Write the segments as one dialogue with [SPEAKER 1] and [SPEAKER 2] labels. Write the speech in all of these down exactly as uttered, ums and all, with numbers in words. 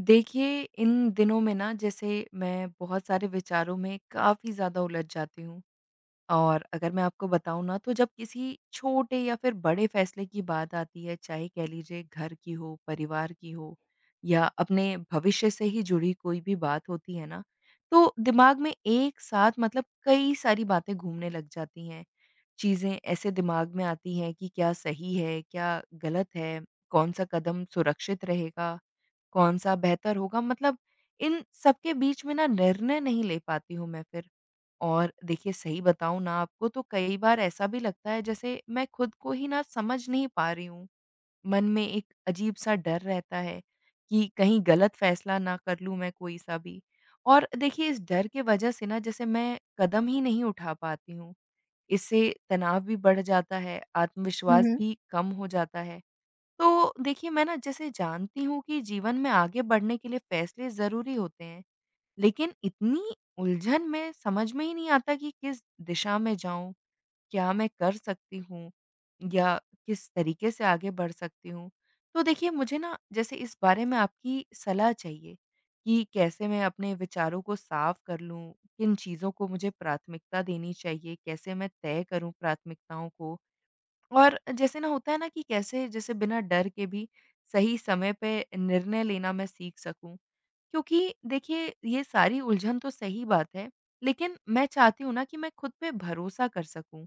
[SPEAKER 1] देखिए, इन दिनों में ना जैसे मैं बहुत सारे विचारों में काफ़ी ज़्यादा उलझ जाती हूँ। और अगर मैं आपको बताऊँ ना तो जब किसी छोटे या फिर बड़े फैसले की बात आती है, चाहे कह लीजिए घर की हो, परिवार की हो या अपने भविष्य से ही जुड़ी कोई भी बात होती है ना, तो दिमाग में एक साथ मतलब कई सारी बातें घूमने लग जाती हैं। चीज़ें ऐसे दिमाग में आती हैं कि क्या सही है, क्या गलत है, कौन-सा कदम सुरक्षित रहेगा, कौन-सा बेहतर होगा मतलब इन सब के बीच में ना निर्णय नहीं ले पाती हूँ मैं फिर। और देखिए सही बताऊँ ना आपको तो कई बार ऐसा भी लगता है जैसे मैं खुद को ही ना समझ नहीं पा रही हूँ। मन में एक अजीब सा डर रहता है कि कहीं गलत फैसला ना कर लूँ मैं कोई सा भी। और देखिए इस डर के वजह से ना जैसे मैं कदम ही नहीं उठा पाती हूँ। इससे तनाव भी बढ़ जाता है,
[SPEAKER 2] हुँ,
[SPEAKER 1] आत्मविश्वास
[SPEAKER 2] हुँ।
[SPEAKER 1] भी कम हो जाता है। तो देखिए मैं ना जैसे जानती हूँ कि जीवन में आगे बढ़ने के लिए फैसले ज़रूरी होते हैं, लेकिन इतनी उलझन में समझ में ही नहीं आता कि किस दिशा में जाऊँ? क्या मैं कर सकती हूँ? या किस तरीके से आगे बढ़ सकती हूँ? तो देखिए मुझे ना जैसे इस बारे में आपकी सलाह चाहिए कि कैसे मैं अपने विचारों को साफ कर लूँ? किन चीज़ों को मुझे प्राथमिकता देनी चाहिए? कैसे मैं तय करूँ प्राथमिकताओं को? और जैसे ना होता है ना कि कैसे जैसे बिना डर के भी सही समय पे निर्णय लेना मैं सीख सकूँ? क्योंकि देखिए ये सारी उलझन तो सही बात है, लेकिन मैं चाहती हूँ ना कि मैं खुद पे भरोसा कर सकूँ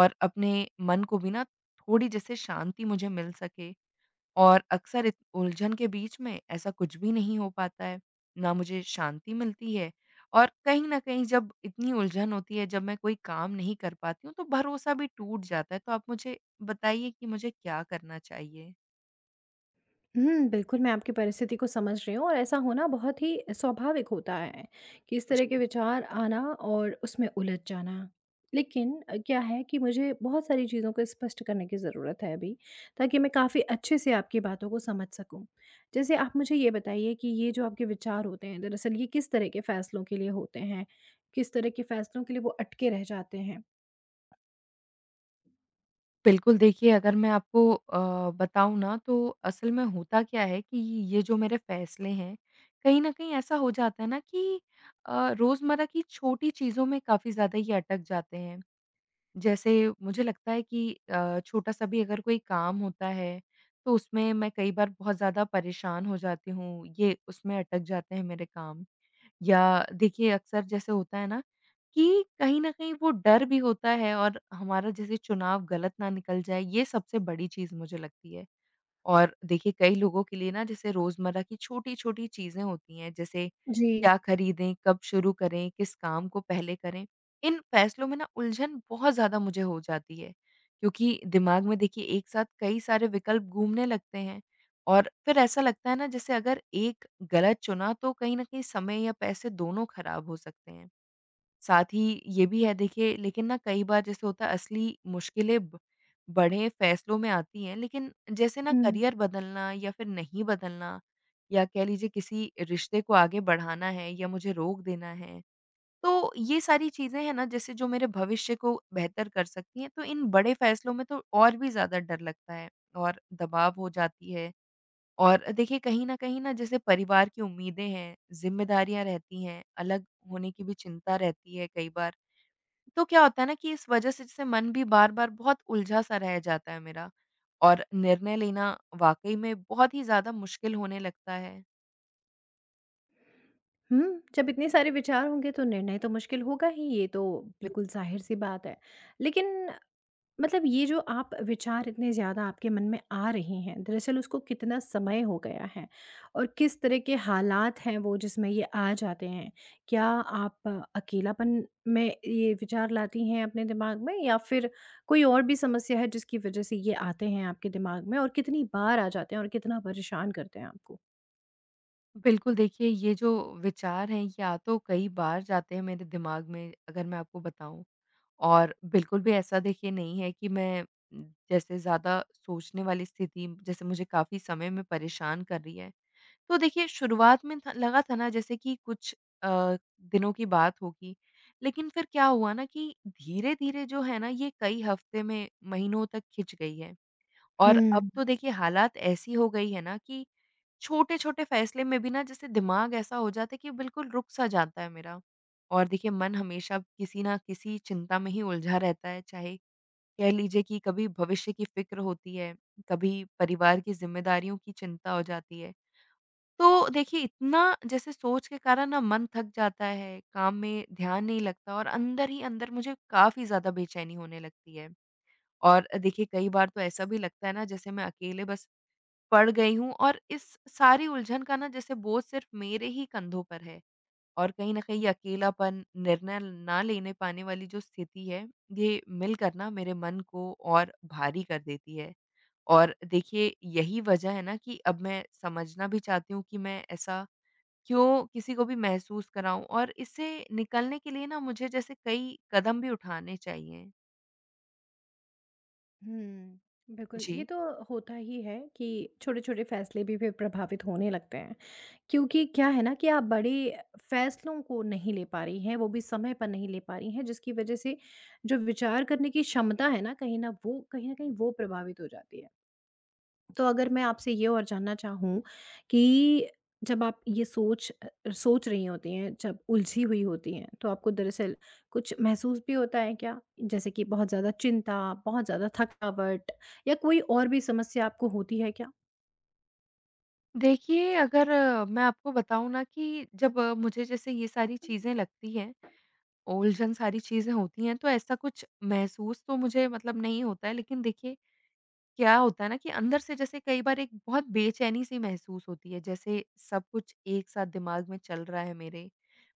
[SPEAKER 1] और अपने मन को भी ना थोड़ी जैसे शांति मुझे मिल सके और अक्सर इत उलझन के बीच में ऐसा कुछ भी नहीं हो पाता है, ना मुझे शांति मिलती है और कहीं न कहीं जब इतनी उलझन होती है, जब मैं कोई काम नहीं कर पाती हूँ, तो भरोसा भी टूट जाता है। तो आप मुझे बताइए कि मुझे क्या करना चाहिए?
[SPEAKER 2] हुँ, बिल्कुल मैं आपकी परिस्थिति को समझ रही हूँ और ऐसा होना बहुत ही स्वाभाविक होता है कि इस तरह
[SPEAKER 1] जी।
[SPEAKER 2] के विचार आना और उसमें उलझ जाना। लेकिन अ, क्या है कि मुझे बहुत सारी चीज़ों को स्पष्ट करने की ज़रूरत है अभी, ताकि मैं काफ़ी अच्छे से आपकी बातों को समझ सकूँ। जैसे आप मुझे ये बताइए कि ये जो आपके विचार होते हैं, दरअसल ये किस तरह के फ़ैसलों के लिए होते हैं? किस तरह के फैसलों के लिए वो अटके रह जाते हैं।
[SPEAKER 1] बिल्कुल, देखिए अगर मैं आपको अ, बताऊँ ना तो असल में होता क्या है कि ये जो मेरे फैसले हैं, कहीं न कहीं ऐसा हो जाता है ना कि अ, रोज़मर्रा की छोटी चीज़ों में काफ़ी ज़्यादा ये अटक जाते हैं। जैसे मुझे लगता है कि अ, छोटा-सा भी अगर कोई काम होता है, तो उसमें मैं कई बार बहुत ज़्यादा परेशान हो जाती हूँ, ये उसमें अटक जाते हैं मेरे काम। या देखिए अक्सर जैसे होता है ना कि कहीं न कहीं वो डर भी होता है और हमारा जैसे चुनाव गलत ना निकल जाए, ये सबसे बड़ी चीज़ मुझे लगती है। और देखिए कई लोगों के लिए ना जैसे रोज़मर्रा की छोटी-छोटी चीज़ें होती हैं, जैसे
[SPEAKER 2] जी।
[SPEAKER 1] क्या खरीदें, कब शुरू करें, किस काम को पहले करें, इन फैसलों में ना उलझन बहुत ज़्यादा मुझे हो जाती है। क्योंकि दिमाग में देखिए एक साथ कई सारे विकल्प घूमने लगते हैं और फिर ऐसा लगता है ना जैसे अगर एक गलत चुना तो कहीं न कहीं समय या पैसे दोनों खराब हो सकते हैं। साथ ही ये भी है देखिए लेकिन ना कई बार जैसे होता है असली मुश्किलें ब बड़े फैसलों में आती हैं, लेकिन जैसे ना
[SPEAKER 2] हुँ।
[SPEAKER 1] करियर बदलना या फिर नहीं बदलना या कह लीजिए किसी रिश्ते को आगे बढ़ाना है या मुझे रोक देना है। तो ये सारी चीज़ें हैं ना जैसे जो मेरे भविष्य को बेहतर कर सकती हैं, तो इन बड़े फैसलों में तो और भी ज़्यादा डर लगता है और दबाव हो जाती है। और देखिए कहीं न कहीं ना जैसे परिवार की उम्मीदें हैं, ज़िम्मेदारियाँ रहती हैं, अलग होने की भी चिंता रहती है कई बार। तो क्या होता है ना कि इस वजह से जैसे मन भी बार-बार बहुत उलझा-सा रह जाता है मेरा और निर्णय लेना वाक़ई में बहुत ही ज़्यादा मुश्किल होने लगता है।
[SPEAKER 2] हुँ, जब इतने सारे विचार होंगे तो निर्णय तो मुश्किल होगा ही, ये तो
[SPEAKER 1] बिल
[SPEAKER 2] बिल्कुल ज़ाहिर-सी बात है। लेकिन मतलब ये जो आप विचार इतने ज़्यादा आपके मन में आ रहे हैं, दरअसल उसको कितना समय हो गया है? और किस तरह के हालात हैं वो जिसमें ये आ जाते हैं? क्या आप अ, अकेलापन में ये विचार लाती हैं अपने दिमाग में, या फिर कोई और भी समस्या है जिसकी वजह से ये आते हैं आपके दिमाग में, और कितनी बार आ जाते हैं और कितना परेशान करते हैं आपको?
[SPEAKER 1] बिल्कुल, देखिए ये जो विचार हैं ये आ तो कई बार जाते हैं मेरे दिमाग में अगर मैं आपको बताऊँ और बिल्कुल भी ऐसा देखिए नहीं है कि मैं जैसे ज़्यादा सोचने वाली स्थिति जैसे मुझे काफ़ी समय में परेशान कर रही है। तो देखिए, शुरुआत में था लगा था ना जैसे कि कुछ अ, दिनों की बात होगी, लेकिन फिर क्या हुआ ना कि धीरे-धीरे जो है ना ये कई हफ्ते में, महीनों तक खिंच गई है।
[SPEAKER 2] हुँ,
[SPEAKER 1] और अब
[SPEAKER 2] हुँ।
[SPEAKER 1] तो देखिए हालात ऐसी हो गई है ना कि छोटे-छोटे फैसले में भी ना जैसे दिमाग ऐसा हो जाता है कि बिल्कुल रुक-सा जाता है मेरा। और देखिए मन हमेशा किसी ना किसी चिंता में ही उलझा रहता है, चाहे कह लीजिए कि कभी भविष्य की फ़िक्र होती है, कभी परिवार की ज़िम्मेदारियों की चिंता हो जाती है। तो देखिए इतना जैसे सोच के कारण ना मन थक जाता है, काम में ध्यान नहीं लगता और अंदर ही अंदर मुझे काफ़ी ज़्यादा बेचैनी होने लगती है। और देखिए कई बार तो ऐसा भी लगता है ना जैसे मैं अकेले बस पड़ गई हूँ और इस सारी उलझन का ना जैसे बोझ सिर्फ़ मेरे ही कंधों पर है। और कहीं न कहीं ये अकेलापन, निर्णय ना लेने पाने वाली जो स्थिति है, ये मिलकर ना मेरे मन को और भारी कर देती है। और देखिए यही वजह है ना कि अब मैं समझना भी चाहती हूँ कि मैं ऐसा क्यों किसी को भी महसूस कराऊँ और इससे निकलने के लिए ना मुझे जैसे कई कदम भी उठाने चाहिए।
[SPEAKER 2] हुँ, बिल्कुल, ये
[SPEAKER 1] जी।
[SPEAKER 2] तो होता ही है कि छोटे-छोटे फैसले भी फिर प्रभावित होने लगते हैं। क्योंकि क्या है ना कि आप बड़े फैसलों को नहीं ले पा रही हैं, वो भी समय पर नहीं ले पा रही हैं, जिसकी वजह से जो विचार करने की क्षमता है ना, कहीं न वो कहीं न कहीं वो प्रभावित हो जाती है। तो अगर मैं आपसे ये और जानना चाहूँ कि जब आप ये सोच अ, सोच रही होती हैं, जब उलझी हुई होती हैं, तो आपको दरअसल कुछ महसूस भी होता है क्या? जैसे कि बहुत ज़्यादा चिंता, बहुत ज़्यादा थकावट, या कोई और भी समस्या आपको होती है क्या?
[SPEAKER 1] देखिए, अगर अ, मैं आपको बताऊँ ना कि जब अ, मुझे जैसे ये सारी चीज़ें लगती हैं, उलझन सारी चीज़ें होती हैं, तो ऐसा कुछ महसूस तो मुझे मतलब नहीं होता है। लेकिन देखिए, क्या होता है ना कि अंदर से जैसे कई बार एक बहुत बेचैनी-सी महसूस होती है, जैसे सब कुछ एक साथ दिमाग में चल रहा है मेरे।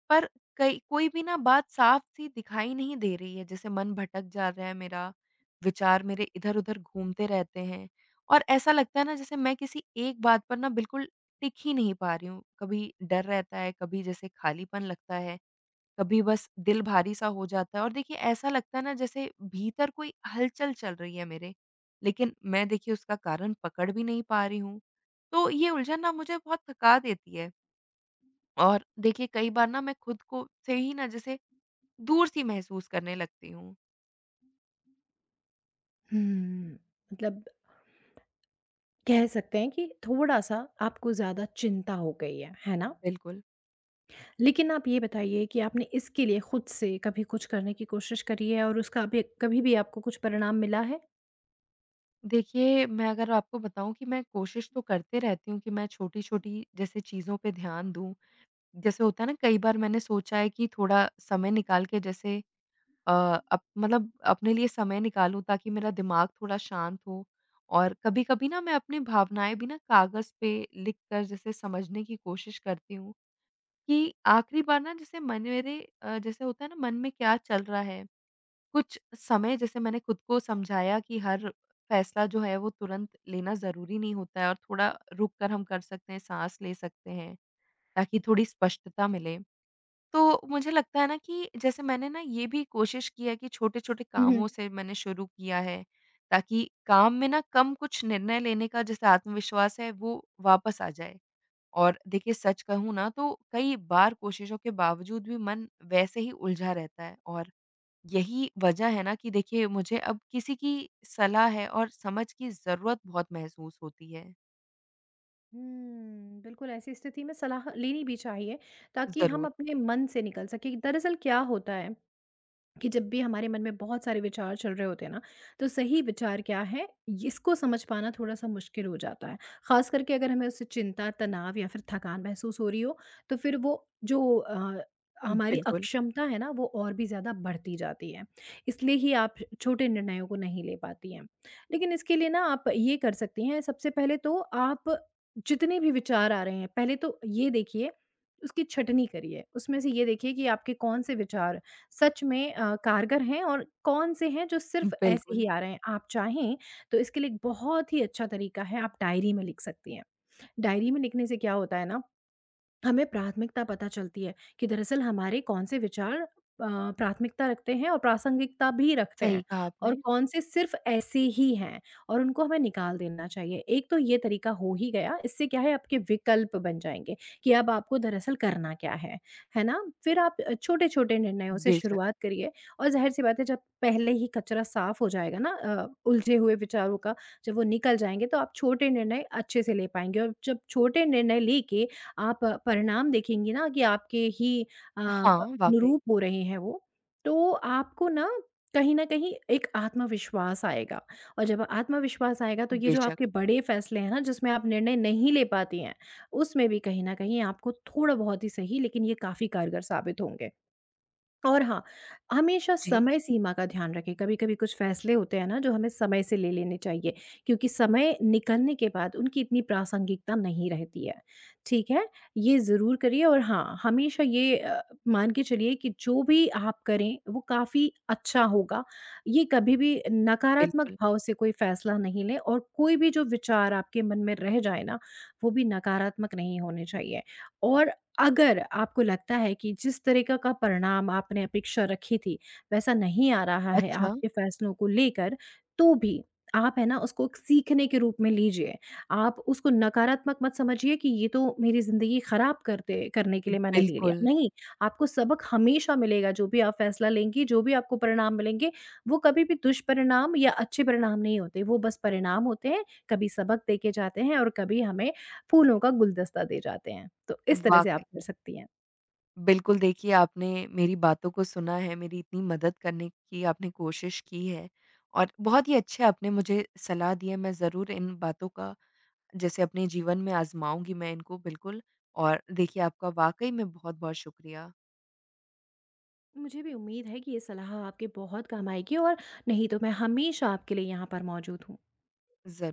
[SPEAKER 1] पर कई कोई भी ना बात साफ-सी दिखाई नहीं दे रही है, जैसे मन भटक जा रहा है मेरा, विचार मेरे इधर-उधर घूमते रहते हैं और ऐसा लगता है ना जैसे मैं किसी एक बात पर ना बिल्कुल टिक ही नहीं पा रही हूँ। कभी डर रहता है, कभी जैसे खालीपन लगता है, कभी बस दिल भारी-सा हो जाता है और देखिए ऐसा लगता है ना जैसे भीतर कोई हलचल चल रही है मेरे, लेकिन मैं देखिए उसका कारण पकड़ भी नहीं पा रही हूँ। तो ये उलझन ना मुझे बहुत थका देती है। और देखिए कई बार ना मैं खुद को से ही ना जैसे दूर-सी महसूस करने लगती हूँ।
[SPEAKER 2] हुँ, मतलब कह सकते हैं कि थोड़ा-सा आपको ज़्यादा चिंता हो गई है, है ना?
[SPEAKER 1] बिल्कुल।
[SPEAKER 2] लेकिन आप ये बताइए कि आपने इसके लिए खुद से कभी कुछ करने की कोशिश करी है, और उसका अभी कभी भी आपको कुछ परिणाम मिला है?
[SPEAKER 1] देखिए मैं अगर आपको बताऊँ कि मैं कोशिश तो करते रहती हूँ कि मैं छोटी-छोटी जैसे चीज़ों पे ध्यान दूँ। जैसे होता है ना कई बार मैंने सोचा है कि थोड़ा समय निकाल के जैसे अ, अप मतलब अपने लिए समय निकालूँ ताकि मेरा दिमाग थोड़ा शांत हो और कभी-कभी ना मैं अपनी भावनाएँ भी ना कागज़ पे लिख कर जैसे समझने की कोशिश करती हूँ। कि आखिरी बार ना जैसे मन मेरे अ, जैसे होता है ना मन में क्या चल रहा है, कुछ समय जैसे मैंने खुद को समझाया कि हर फैसला जो है वो तुरंत लेना ज़रूरी नहीं होता है और थोड़ा रुक कर हम कर सकते हैं, साँस ले सकते हैं, ताकि थोड़ी स्पष्टता मिले। तो मुझे लगता है ना कि जैसे मैंने ना ये भी कोशिश की है कि छोटे-छोटे
[SPEAKER 2] हुँ।
[SPEAKER 1] कामों से मैंने शुरू किया है, ताकि काम में ना कम कुछ निर्णय लेने का जैसे आत्मविश्वास है वो वापस आ जाए। और देखिए सच कहूँ ना तो कई बार कोशिशों के बावजूद भी मन वैसे ही उलझा रहता है और यही वजह है ना कि देखिए मुझे अब किसी की सलाह है और समझ की ज़रूरत बहुत महसूस होती है।
[SPEAKER 2] हुँ, बिल्कुल ऐसी स्थिति में सलाह लेनी भी चाहिए, ताकि हम
[SPEAKER 1] ज़रूर।
[SPEAKER 2] अपने मन से निकल सकें। दरअसल क्या होता है कि जब भी हमारे मन में बहुत सारे विचार चल रहे होते हैं ना, तो सही विचार क्या है, ये इसको समझ पाना थोड़ा-सा मुश्किल हो जाता है। ख़ास करके अगर हमें उससे चिंता, तनाव या फिर थकान महसूस हो रही हो, तो फिर वो जो अ, हमारी
[SPEAKER 1] बिल्कुल,
[SPEAKER 2] अक्षमता है ना, वो और भी ज़्यादा बढ़ती जाती है। इसलिए ही आप छोटे निर्णयों को नहीं ले पाती हैं। लेकिन इसके लिए ना आप ये कर सकती हैं, सबसे पहले तो आप जितने भी विचार आ रहे हैं, पहले तो ये देखिए, उसकी छँटनी करिए। उसमें से ये देखिए कि आपके कौन से विचार सच में अ, कारगर हैं और कौन से हैं जो सिर्फ़ ऐसे
[SPEAKER 1] बिल्कुल।
[SPEAKER 2] ही आ रहे हैं। आप चाहें तो इसके लिए एक बहुत ही अच्छा तरीका है, आप डायरी में लिख सकती हैं। डायरी में लिखने से क्या होता है ना, हमें प्राथमिकता पता चलती है कि दरअसल हमारे कौन से विचार अ, प्राथमिकता रखते हैं और प्रासंगिकता भी रखते हैं,
[SPEAKER 1] सही कहा
[SPEAKER 2] और
[SPEAKER 1] आपने।
[SPEAKER 2] कौन से सिर्फ ऐसे ही हैं और उनको हमें निकाल देना चाहिए। एक तो ये तरीका हो ही गया, इससे क्या है, आपके विकल्प बन जाएँगे कि अब आपको दरअसल करना क्या है, है ना? फिर आप अ, छोटे-छोटे निर्णयों से
[SPEAKER 1] बेशक।
[SPEAKER 2] शुरुआत करिए, और ज़ाहिर-सी बात है, जब पहले ही कचरा साफ हो जाएगा ना अ, उलझे हुए विचारों का, जब वो निकल जाएँगे, तो आप छोटे निर्णय अच्छे से ले पाएँगे। और जब छोटे निर्णय लेके आप अ, परिणाम देखेंगी ना कि आपके ही अ, ब
[SPEAKER 1] हाँ, वाक़ई।
[SPEAKER 2] अनुरूप हो रहे हैं वो, तो आपको ना कहीं न कहीं एक आत्मविश्वास आएगा। और जब आत्मविश्वास आएगा, तो ये जो
[SPEAKER 1] बेशक।
[SPEAKER 2] आपके बड़े फैसले हैं ना, जिसमें आप निर्णय नहीं ले पाती हैं, उसमें भी कहीं न कहीं आपको थोड़ा बहुत ही सही, लेकिन ये काफ़ी कारगर साबित होंगे। और हाँ, हमेशा
[SPEAKER 1] जी,
[SPEAKER 2] समय सीमा का ध्यान रखें। कभी-कभी कुछ फैसले होते हैं ना जो हमें समय से ले लेने चाहिए, क्योंकि समय निकलने के बाद उनकी इतनी प्रासंगिकता नहीं रहती है। ठीक है? ये ज़रूर करिए। और हाँ, हमेशा ये अ, मान के चलिए कि जो भी आप करें वो काफ़ी अच्छा होगा। ये कभी भी नकारात्मक
[SPEAKER 1] बिल्कुल।
[SPEAKER 2] भाव से कोई फैसला नहीं लें, और कोई भी जो विचार आपके मन में रह जाए ना, वो भी नकारात्मक नहीं होने चाहिए। और अगर आपको लगता है कि जिस तरीका का परिणाम आपने अपेक्षा रखी थी, वैसा नहीं आ रहा है
[SPEAKER 1] अच्छा,
[SPEAKER 2] आपके फ़ैसलों को लेकर, तो भी आप, है ना, उसको एक सीखने के रूप में लीजिए। आप उसको नकारात्मक मत समझिए कि ये तो मेरी ज़िंदगी ख़राब करते करने के लिए मैंने ले लिया।
[SPEAKER 1] बिल्कुल,
[SPEAKER 2] नहीं, आपको सबक हमेशा मिलेगा। जो भी आप फ़ैसला लेंगी, जो भी आपको परिणाम मिलेंगे, वो कभी भी दुष्परिणाम या अच्छे परिणाम नहीं होते। वो बस परिणाम होते हैं, कभी सबक देके जाते हैं और कभी हमें फूलों का गुलदस्ता दे जाते हैं। तो इस तरह से आप
[SPEAKER 1] वाक़ई।
[SPEAKER 2] कर सकती हैं।
[SPEAKER 1] बिल्कुल, देखिए आपने मेरी बातों को सुना है, मेरी इतनी मदद करने की आपने कोशिश की है और बहुत ही अच्छे आपने मुझे सलाह दी है। मैं ज़रूर इन बातों का जैसे अपने जीवन में आज़माऊँगी मैं इनको बिल्कुल और देखिए आपका वाक़ई में बहुत-बहुत शुक्रिया।
[SPEAKER 2] मुझे भी उम्मीद है कि ये सलाह आपके बहुत काम आएगी, और नहीं तो मैं हमेशा आपके लिए यहाँ पर मौजूद हूँ।
[SPEAKER 1] ज़रू